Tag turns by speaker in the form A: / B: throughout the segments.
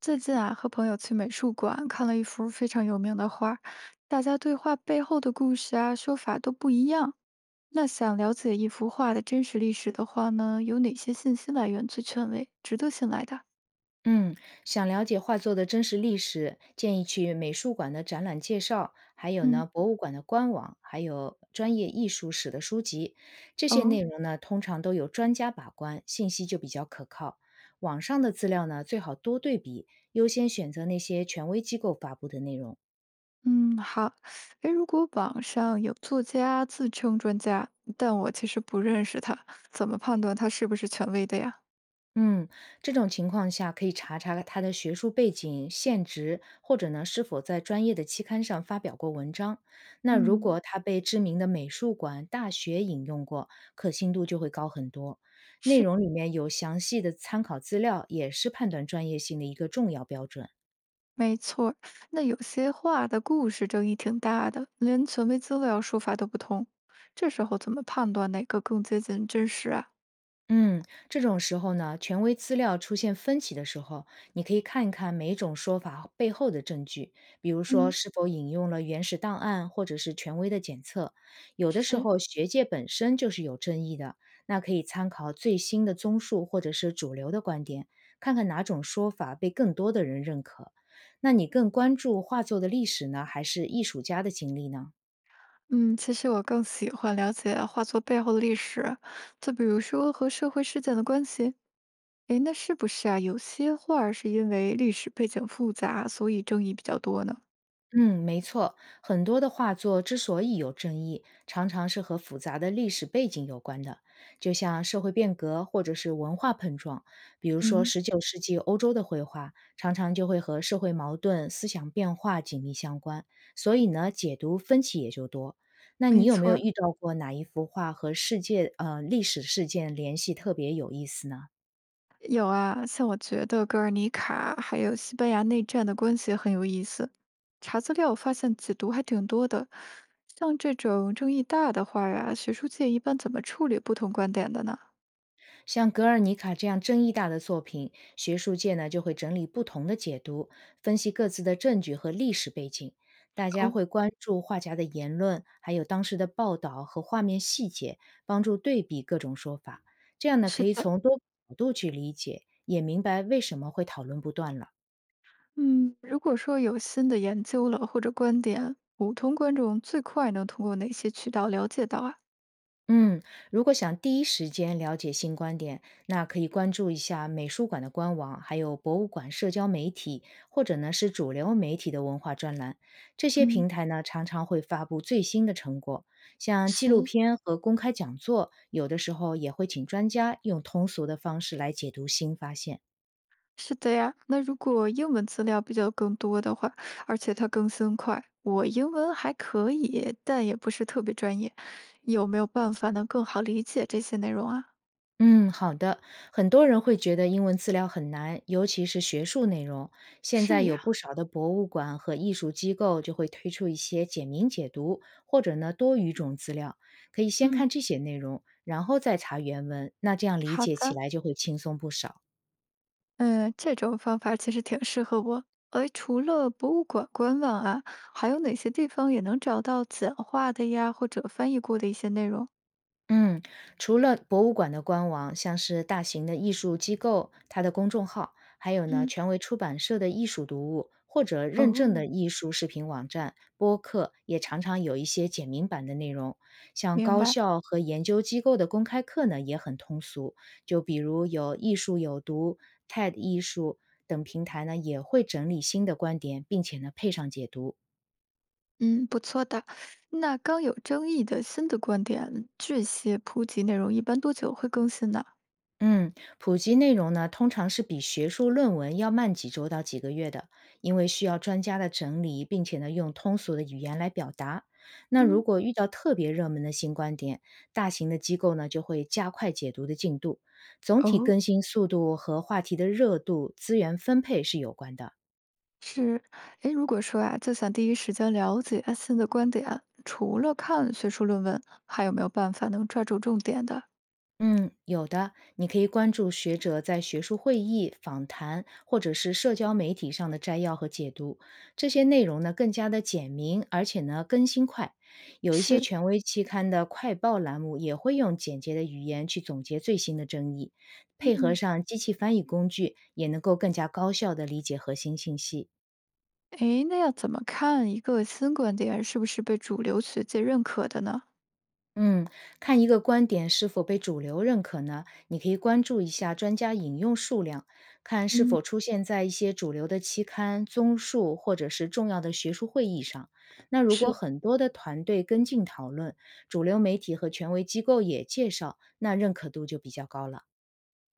A: 最近啊，和朋友去美术馆看了一幅非常有名的画儿。大家对画背后的故事啊、说法都不一样。那想了解一幅画的真实历史的话呢，有哪些信息来源最权威、值得信赖的？
B: 嗯，想了解画作的真实历史，建议去美术馆的展览介绍，还有呢
A: 嗯，
B: 博物馆的官网，还有专业艺术史的书籍。这些内
A: 哦，
B: 容呢，通常都有专家把关，信息就比较可靠。网上的资料呢，最好多对比，优先选择那些权威机构发布的内容。
A: 嗯，好。诶，如果网上有作家自称专家，但我其实不认识他，怎么判断他是不是权威的呀？
B: 嗯，这种情况下可以查查他的学术背景、现职，或者呢是否在专业的期刊上发表过文章。那如
A: 嗯，
B: 果他被知名的美术馆、大学引用过，可信度就会高很多。内
A: 是。
B: 容里面有详细的参考资料，也是判断专业性的一个重要标准。
A: 没错儿。那有些话的故事争议挺大的，连权威资料说法都不同，这时候怎么判断哪个更接近真实啊？
B: 嗯，这种时候呢，权威资料出现分歧的时候，你可以看一看每一种说法背后的证据，比如说
A: 嗯，
B: 是否引用了原始档案或者是权威的检测。有的时
A: 是，
B: 候学界本身就是有争议的，那可以参考最新的综述或者是主流的观点，看看哪种说法被更多的人认可。那你更关注画作的历史呢，还是艺术家的经历呢？
A: 嗯，其实我更喜欢了解画作背后的历史，就比如说和社会事件的关系。诶，那是不是啊？有些画儿是因为历史背景复杂，所以争议比较多呢？
B: 嗯，没错，很多的画作之所以有争议，常常是和复杂的历史背景有关的，就像社会变革或者是文化碰撞。比如说，
A: 嗯，
B: 十九世纪欧洲的绘画常常就会和社会矛盾、思想变化紧密相关，所以呢，解读分歧也就多。那你
A: 没
B: 有没
A: 错
B: 有
A: 儿。
B: 遇到过哪一幅画和世界历史事件联系特别有意思呢？
A: 有啊，像我觉得格尔尼卡还有西班牙内战的关系很有意思。查资料发现解读还挺多的，像这种争议大的话呀，学术界一般怎么处理不同观点的呢？
B: 像《格尔尼卡》这样争议大的作品，学术界呢就会整理不同的解读，分析各自的证据和历史背景。大家
A: 哦，
B: 会关注画家的言论，还有当时的报道和画面细节，帮助对比各种说法。这样呢，
A: 是
B: 可以
A: 的，
B: 从多个角度去理解，也明白为什么会讨论不断了。
A: 嗯，如果说有新的研究了或者观点，普通观众最快能通过哪些渠道了解到啊？
B: 嗯，如果想第一时间了解新观点，那可以关注一下美术馆的官网，还有博物馆社交媒体，或者呢是主流媒体的文化专栏。这些平
A: 嗯，
B: 台呢常常会发布最新的成果，像纪录
A: 是，
B: 片和公开讲座，有的时候也会请专家用通俗的方式来解读新发现。
A: 是的呀，那如果英文资料比较更多的话，而且它更新快，我英文还可以，但也不是特别专业，有没有办法能更好理解这些内容啊？
B: 嗯，好的。很多人会觉得英文资料很难，尤其是学术内容。现在
A: 是呀，
B: 有不少的博物馆和艺术机构就会推出一些简明解读，或者呢多语种资料，可以先
A: 嗯，
B: 看这些内容，然后再查原文，那这样理
A: 好
B: 解起
A: 的，
B: 来就会轻松不少。
A: 嗯，这种方法其实挺适合我。哎，除了博物馆官网啊，还有哪些地方也能找到简化的呀，或者翻译过的一些内容？
B: 嗯，除了博物馆的官网，像是大型的艺术机构，它的公众号，还有呢
A: 嗯，
B: 权威出版社的艺术读物，或者认证的
A: 哦，
B: 艺术视频网站、播客，也常常有一些简明版的内容。像
A: 明
B: 高
A: 白。
B: 校和研究机构的公开课呢，也很通俗，就比如有艺术有毒、TED 艺术等平台呢，也会整理新的观点，并且呢配上解读。
A: 嗯，不错的。那刚有争议的新的观点，这些普及内容一般多久会更新呢？
B: 嗯，普及内容呢，通常是比学术论文要慢几周到几个月的，因为需要专家的整理，并且呢用通俗的语言来表达。那如
A: 嗯，
B: 果遇到特别热门的新观点，大型的机构呢就会加快解读的进度。总体
A: 哦，
B: 更新速度和话题的热度、资源分配是有关的。
A: 是，诶，如果说啊，就想第一时间了解新的观点，除了看学术论文，还有没有办法能抓住重点的？
B: 嗯，有的，你可以关注学者在学术会议、访谈或者是社交媒体上的摘要和解读，这些内容呢更加的简明，而且呢更新快。有一些
A: 是，
B: 权威期刊的快报栏目也会用简洁的语言去总结最新的争议，配合
A: 嗯，
B: 上机器翻译工具，也能够更加高效的理解核心信息。
A: 诶，那要怎么看一个新观点是不是被主流学界认可的呢？
B: 嗯，看一个观点是否被主流认可呢？你可以关注一下专家引用数量，看是
A: 嗯，
B: 否出现在一些主流的期刊、综述或者是重要的学术会议上。那如果
A: 是。
B: 很多的团队跟进讨论，主流媒体和权威机构也介绍，那认可度就比较高了。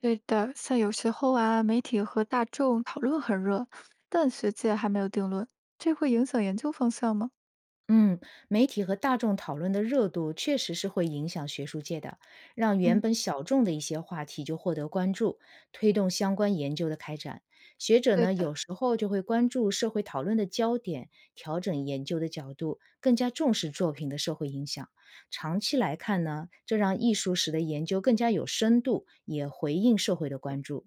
A: 对的，像有时候啊，媒体和大众讨论很热，但学界还没有定论，这会影响研究方向吗？
B: 嗯，媒体和大众讨论的热度确实是会影响学术界的，让原
A: 嗯，
B: 本小众的一些话题就获得关注，推动相关研究的开展。学者
A: 对
B: 呢，
A: 的，
B: 有时候就会关注社会讨论的焦点，调整研究的角度，更加重视作品的社会影响。长期来看呢，这让艺术史的研究更加有深度，也回应社会的关注。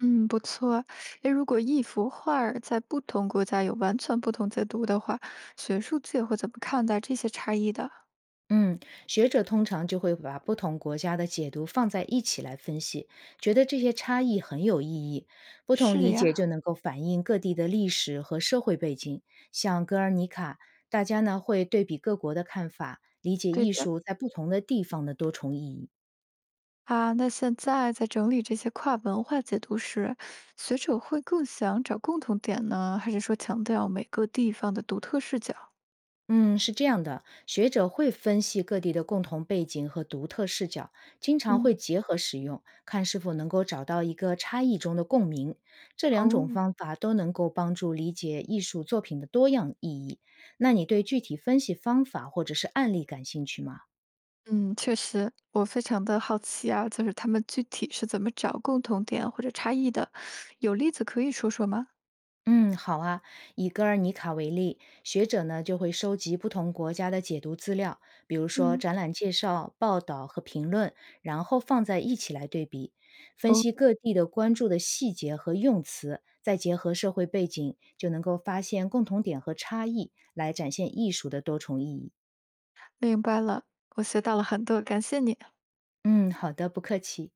A: 嗯，不错。诶，如果一幅画儿在不同国家有完全不同解读的话，学术界会怎么看待这些差异的？
B: 嗯，学者通常就会把不同国家的解读放在一起来分析，觉得这些差异很有意义。不同
A: 是
B: 理解
A: 呀，
B: 就能够反映各地的历史和社会背景。像《格尔尼卡》，大家呢会对比各国的看法，理解
A: 对
B: 艺
A: 的
B: 术在不同的地方的多重意义。
A: 啊，那现在在整理这些跨文化解读时，学者会更想找共同点呢，还是说强调每个地方的独特视角？
B: 嗯，是这样的，学者会分析各地的共同背景和独特视角，经常
A: 嗯。
B: 会结合使用，看是否能够找到一个差异中的共鸣。这两种
A: 哦，
B: 方法都能够帮助理解艺术作品的多样意义。那你对具体分析方法或者是案例感兴趣吗？
A: 嗯，确实，我非常的好奇啊，就是他们具体是怎么找共同点或者差异的？有例子可以说说吗？
B: 嗯，好啊。以戈尔尼卡为例，学者呢就会收集不同国家的解读资料，比如说
A: 嗯，
B: 展览介绍、报道和评论，然后放在一起来对比，分
A: 哦，
B: 析各地的关注的细节和用词，再结合社会背景，就能够发现共同点和差异，来展现艺术的多重意义。
A: 明白了，我学到了很多，感谢你。
B: 嗯，好的，不客气。